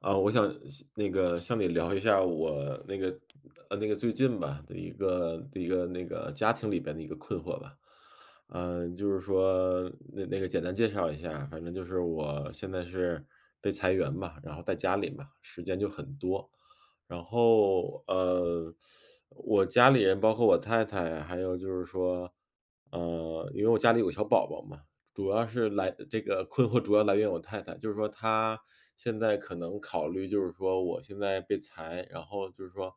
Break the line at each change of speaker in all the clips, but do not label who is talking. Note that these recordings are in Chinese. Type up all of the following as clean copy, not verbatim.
我想向你聊一下我最近吧的一个的一个那个家庭里边的一个困惑吧。简单介绍一下，反正就是我现在是被裁员嘛，然后在家里嘛，时间就很多。然后呃，我家里人包括我太太，还有就是说，呃，因为我家里有个小宝宝嘛，主要是来这个困惑主要来源我太太，就是说她现在可能考虑，就是说我现在被裁，然后就是说，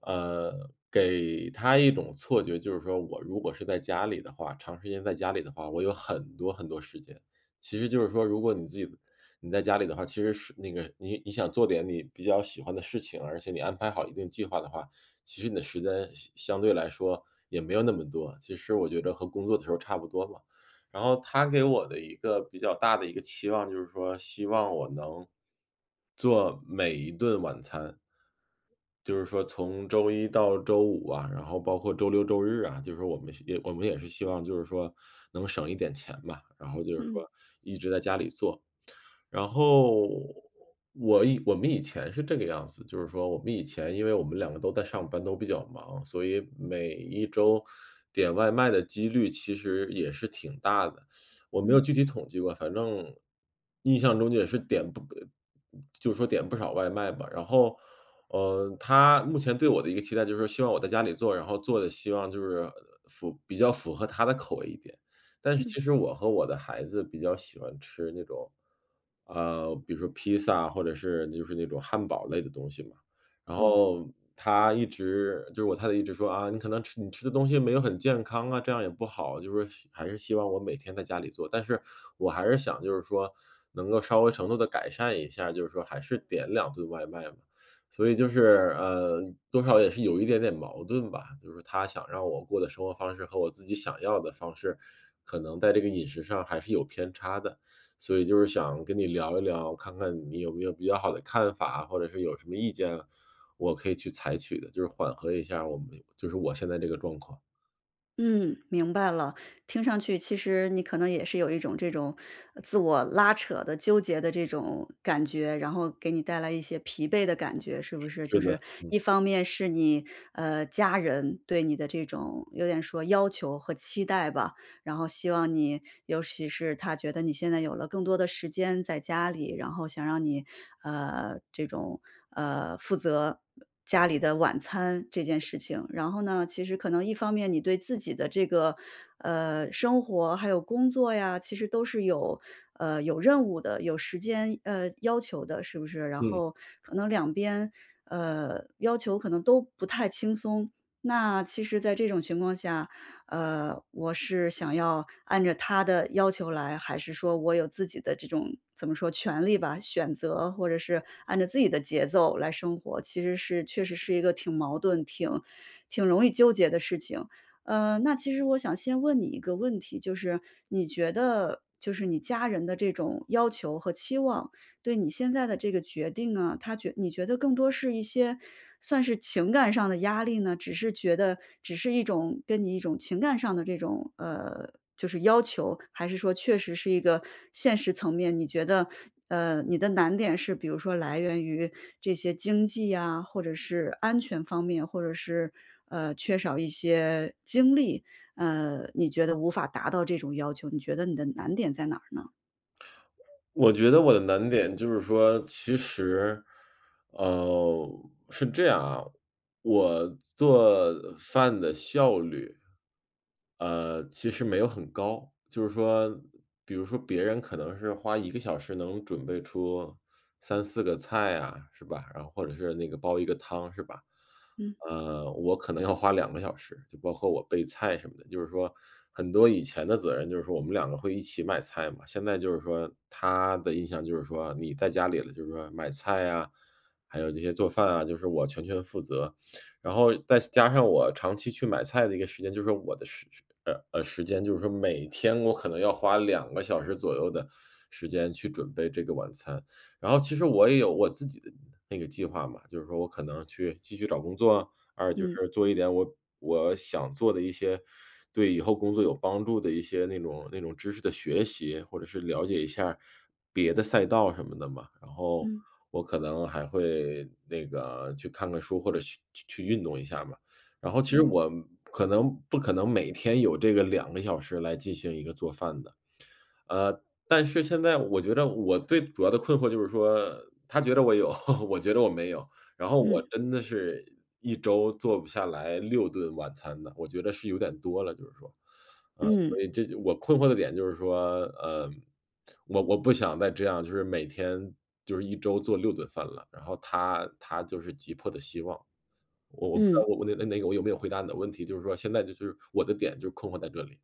呃，给她一种错觉，就是说我如果是在家里的话，长时间在家里的话，我有很多很多时间。其实就是说，如果你自己你在家里的话，其实是那个你你想做点你比较喜欢的事情，而且你安排好一定计划的话，其实你的时间相对来说也没有那么多。其实我觉得和工作的时候差不多嘛。然后他给我的一个比较大的一个期望就是说，希望我能做每一顿晚餐。就是说从周一到周五啊，然后包括周六周日啊，就是说我们也是希望就是说能省一点钱吧，然后就是
嗯
说一直在家里做。然后我们以前是这个样子，就是说我们以前因为我们两个都在上班，都比较忙，所以每一周点外卖的几率其实也是挺大的。我没有
嗯
具体统计过，反正印象中也是点不就是说点不少外卖吧。然后，嗯，他目前对我的一个期待就是说希望我在家里做，然后做的希望就是比较符合他的口味一点。但是
嗯
其实我和我的孩子比较喜欢吃那种，呃，比如说披萨或者是就是那种汉堡类的东西嘛。然
嗯
后他一直就是我太太一直说啊，你吃的东西没有很健康啊，这样也不好，就是希还是希望我每天在家里做。但是我还是想就是说能够稍微程度的改善一下，就是说还是点两顿外卖嘛。所以就是，呃，多少也是有一点点矛盾吧，就是他想让我过的生活方式和我自己想要的方式，可能在这个饮食上还是有偏差的。所以就是想跟你聊一聊，看看你有没有比较好的看法，或者是有什么意见，我可以去采取的，就是缓和一下就是我现在这个状况。
嗯，明白了。听上去其实你可能也是有一种这种自我拉扯的、纠结的这种感觉，然后给你带来一些疲惫的感觉，是不是？就
是的，
是
嗯
一方面是你家人对你的这种有点说要求和期待吧，然后希望你尤其是他觉得你现在有了更多的时间在家里，然后想让你，这种，负责家里的晚餐这件事情。然后呢，其实可能一方面你对自己的这个，生活还有工作呀，其实都是有，有任务的，有时间，要求的，是不是？然
嗯。
后可能两边，要求可能都不太轻松。那其实在这种情况下，我是想要按照他的要求来，还是说我有自己的这种怎么说权利吧，选择或者是按照自己的节奏来生活，其实是确实是一个挺矛盾、挺容易纠结的事情。那其实我想先问你一个问题，就是你觉得就是你家人的这种要求和期望，对你现在的这个决定啊，他觉你觉得更多是一些算是情感上的压力呢？只是觉得只是一种跟你一种情感上的这种，就是要求，还是说确实是一个现实层面，你觉得，你的难点是比如说来源于这些经济呀，或者是安全方面，或者是，缺少一些经历，你觉得无法达到这种要求，你觉得你的难点在哪儿呢？
我觉得我的难点就是说，呃，是这样啊，我做饭的效率，呃，其实没有很高。就是说，比如说别人可能是花一个小时能准备出三四个菜啊，是吧？然后或者是那个煲一个汤，是吧？
嗯
呃，我可能要花两个小时，就包括我备菜什么的。就是说很多以前的责任就是说我们两个会一起买菜嘛，现在就是说他的印象就是说你在家里了，就是说买菜啊，还有这些做饭啊，就是我全权负责。然后再加上我长期去买菜的一个时间，就是说我的时呃，呃，时间就是说每天我可能要花两个小时左右的时间去准备这个晚餐。然后其实我也有我自己的那个计划嘛，就是说我可能去继续找工作，二就
嗯
是做一点我想做的一些对以后工作有帮助的一些那种知识的学习，或者是了解一下别的赛道什么的嘛。然后
嗯
我可能还会那个去看看书，或者去运动一下嘛。然后其实
嗯
嗯我可能不可能每天有这个两个小时来进行一个做饭的。呃，但是现在我觉得我最主要的困惑就是说，他觉得我有，我觉得我没有，然后我
嗯。
真的是一周做不下来六顿晚餐的，我觉得是有点多了，就是说。所
嗯
以这就我困惑的点就是说，呃，我不想再这样，就是每天就是一周做六顿饭了，然后他就是急迫的希望。我不知
嗯。
道我那个我有没有回答你的问题，就是说现在就是我的点就是困惑在这里。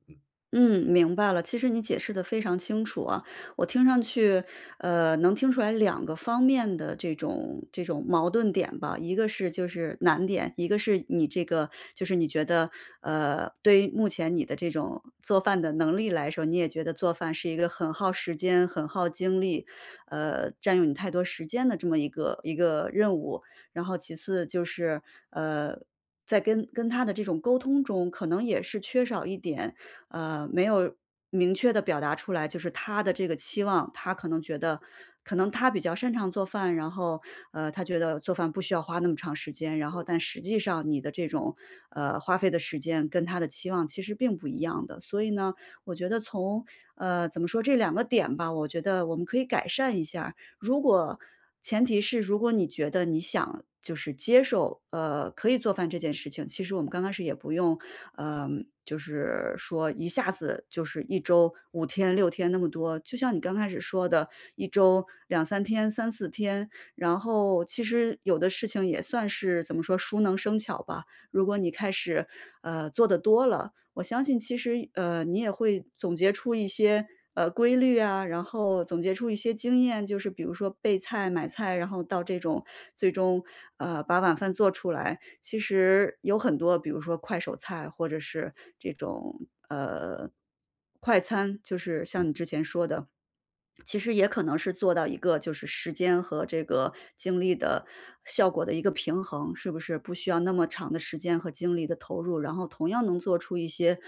嗯，明白了。其实你解释的非常清楚啊，我听上去，能听出来两个方面的这种这种矛盾点吧。一个是就是难点，一个是你这个就是你觉得，对于目前你的这种做饭的能力来说，你也觉得做饭是一个很耗时间、很耗精力，占用你太多时间的这么一个任务。然后其次就是，呃，在跟他的这种沟通中，可能也是缺少一点没有明确的表达出来，就是他的这个期望，他可能觉得可能他比较擅长做饭，然后，他觉得做饭不需要花那么长时间，然后但实际上你的这种，花费的时间跟他的期望其实并不一样的。所以呢，我觉得从，怎么说这两个点吧，我觉得我们可以改善一下如果前提是如果你觉得你想就是接受，可以做饭这件事情，其实我们刚开始也不用，呃，就是说一下子就是一周五天、六天那么多。就像你刚开始说的一周两三天、三四天，然后其实有的事情也算是怎么说，熟能生巧吧。如果你开始，做的多了，我相信其实，你也会总结出一些，规律啊，然后总结出一些经验，就是比如说备菜、买菜，然后到这种最终，把晚饭做出来。其实有很多，比如说快手菜，或者是这种，呃，快餐，就是像你之前说的，其实也可能是做到一个就是时间和这个精力的效果的一个平衡，是不是？不需要那么长的时间和精力的投入，然后同样能做出一些，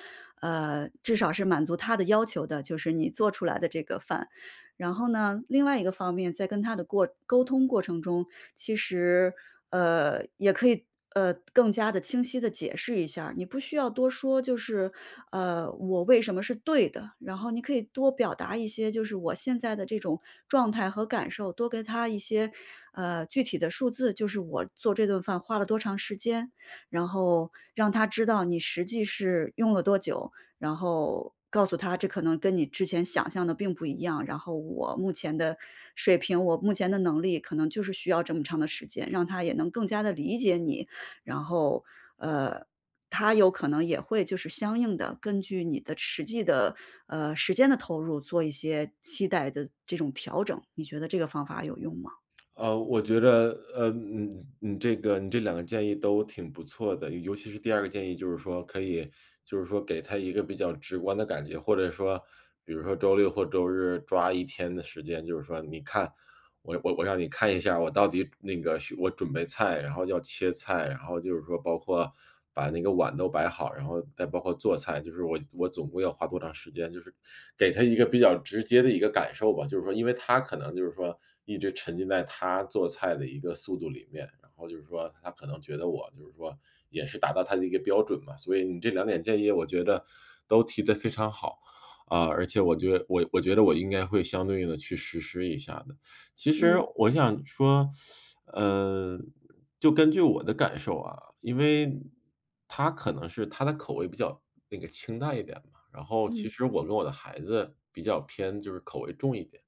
至少是满足他的要求的，就是你做出来的这个饭。然后呢，另外一个方面，在跟他的过沟通过程中，其实，也可以，更加的清晰的解释一下儿你不需要多说，就是，我为什么是对的，然后你可以多表达一些，就是我现在的这种状态和感受，多给他一些，具体的数字，就是我做这顿饭花了多长时间，然后让他知道你实际是用了多久，然后告诉他这可能跟你之前想象的并不一样，然后我目前的水平，我目前的能力可能就是需要这么长的时间，让他也能更加的理解你，然后，呃，他有可能也会就是相应的根据你的实际的，时间的投入做一些期待的这种调整，你觉得这个方法有用吗？
呃，我觉着，呃，嗯，你这两个建议都挺不错的，尤其是第二个建议，就是说可以，就是说给他一个比较直观的感觉，或者说，比如说周六或周日抓一天的时间，就是说，你看我让你看一下，我到底那个需我准备菜，然后要切菜，然后就是说包括把那个碗都摆好，然后再包括做菜，就是我总共要花多长时间，就是给他一个比较直接的一个感受吧。就是说，因为他可能就是说一直沉浸在他做菜的一个速度里面，然后就是说他可能觉得我就是说也是达到他的一个标准嘛。所以你这两点建议，我觉得都提得非常好。啊，而且我觉得我应该会相对应的去实施一下的。其实嗯
嗯，
我想说，呃，就根据我的感受啊，因为他可能是他的口味比较那个清淡一点嘛，然后其
嗯，
实我跟我的孩子比较偏就是口味重一点。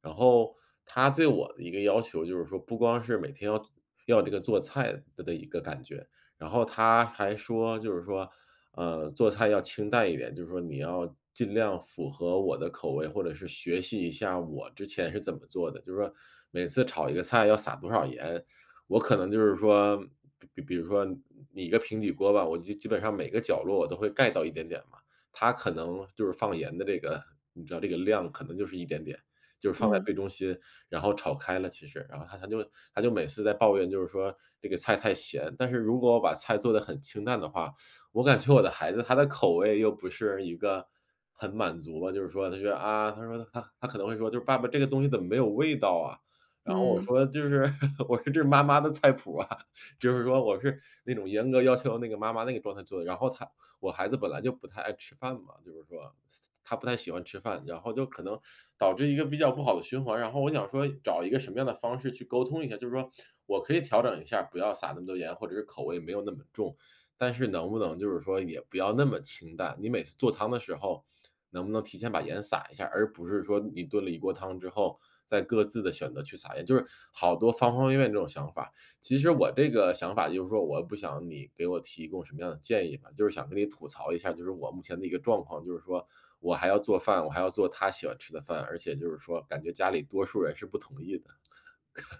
然后他对我的一个要求就是说不光是每天要这个做菜的一个感觉，然后他还说就是说呃，做菜要清淡一点，就是说你要尽量符合我的口味，或者是学习一下我之前是怎么做的。就是说每次炒一个菜要撒多少盐，我可能就是说，比如说你一个平底锅吧，我基本上每个角落我都会盖到一点点嘛，它可能就是放盐的这个，你知道这个量可能就是一点点，就是放在
嗯，
最中心，然后炒开了其实，然后他就每次在抱怨，就是说这个菜太咸，但是如果我把菜做的很清淡的话，我感觉我的孩子他的口味又不是一个很满足吧，就是说他觉得啊，他可能会说，就是爸爸这个东西怎么没有味道啊？然后我
嗯。
说就是 我说这是妈妈的菜谱啊，就是说我是那种严格要求那个妈妈那个状态做的。然后我孩子本来就不太爱吃饭嘛，就是说他不太喜欢吃饭，然后就可能导致一个比较不好的循环。然后我想说找一个什么样的方式去沟通一下，就是说我可以调整一下，不要撒那么多盐，或者是口味没有那么重。但是能不能就是说也不要那么清淡？你每次做汤的时候，能不能提前把盐撒一下，而不是说你炖了一锅汤之后，再各自的选择去撒盐，就是好多方方面面这种想法。其实我这个想法就是说，我不想你给我提供什么样的建议吧，就是想跟你吐槽一下，就是我目前的一个状况，就是说我还要做饭，我还要做他喜欢吃的饭，而且就是说感觉家里多数人是不同意的。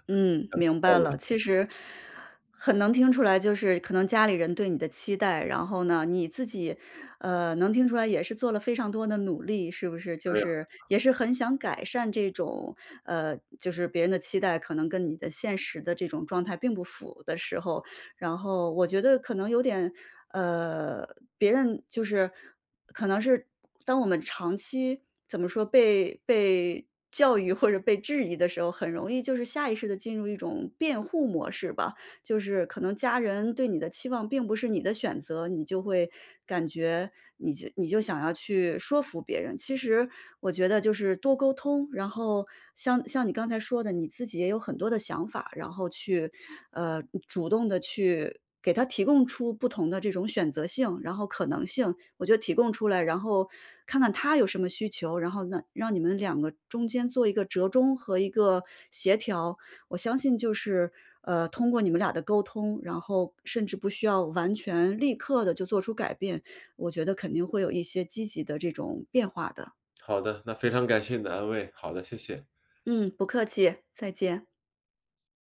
嗯，明白
道
了。
理
其实很能听出来，就是可能家里人对你的期待，然后呢，你自己，能听出来也是做了非常多的努力，是不是？就
是这样，
是也是很想改善这种，就是别人的期待可能跟你的现实的这种状态并不符的时候，然后我觉得可能有点，呃，别人就是可能是当我们长期怎么说被教育或者被质疑的时候，很容易就是下意识的进入一种辩护模式吧。就是可能家人对你的期望并不是你的选择，你就会感觉你就想要去说服别人。其实我觉得就是多沟通，然后像你刚才说的，你自己也有很多的想法，然后去呃主动的去。给他提供出不同的这种选择性，然后可能性，我觉得提供出来，然后看看他有什么需求，然后让你们两个中间做一个折中和一个协调，我相信就是，通过你们俩的沟通，然后甚至不需要完全立刻的就做出改变，我觉得肯定会有一些积极的这种变化的。
好的，那非常感谢你的安慰，好的，谢谢。
嗯，不客气，再见。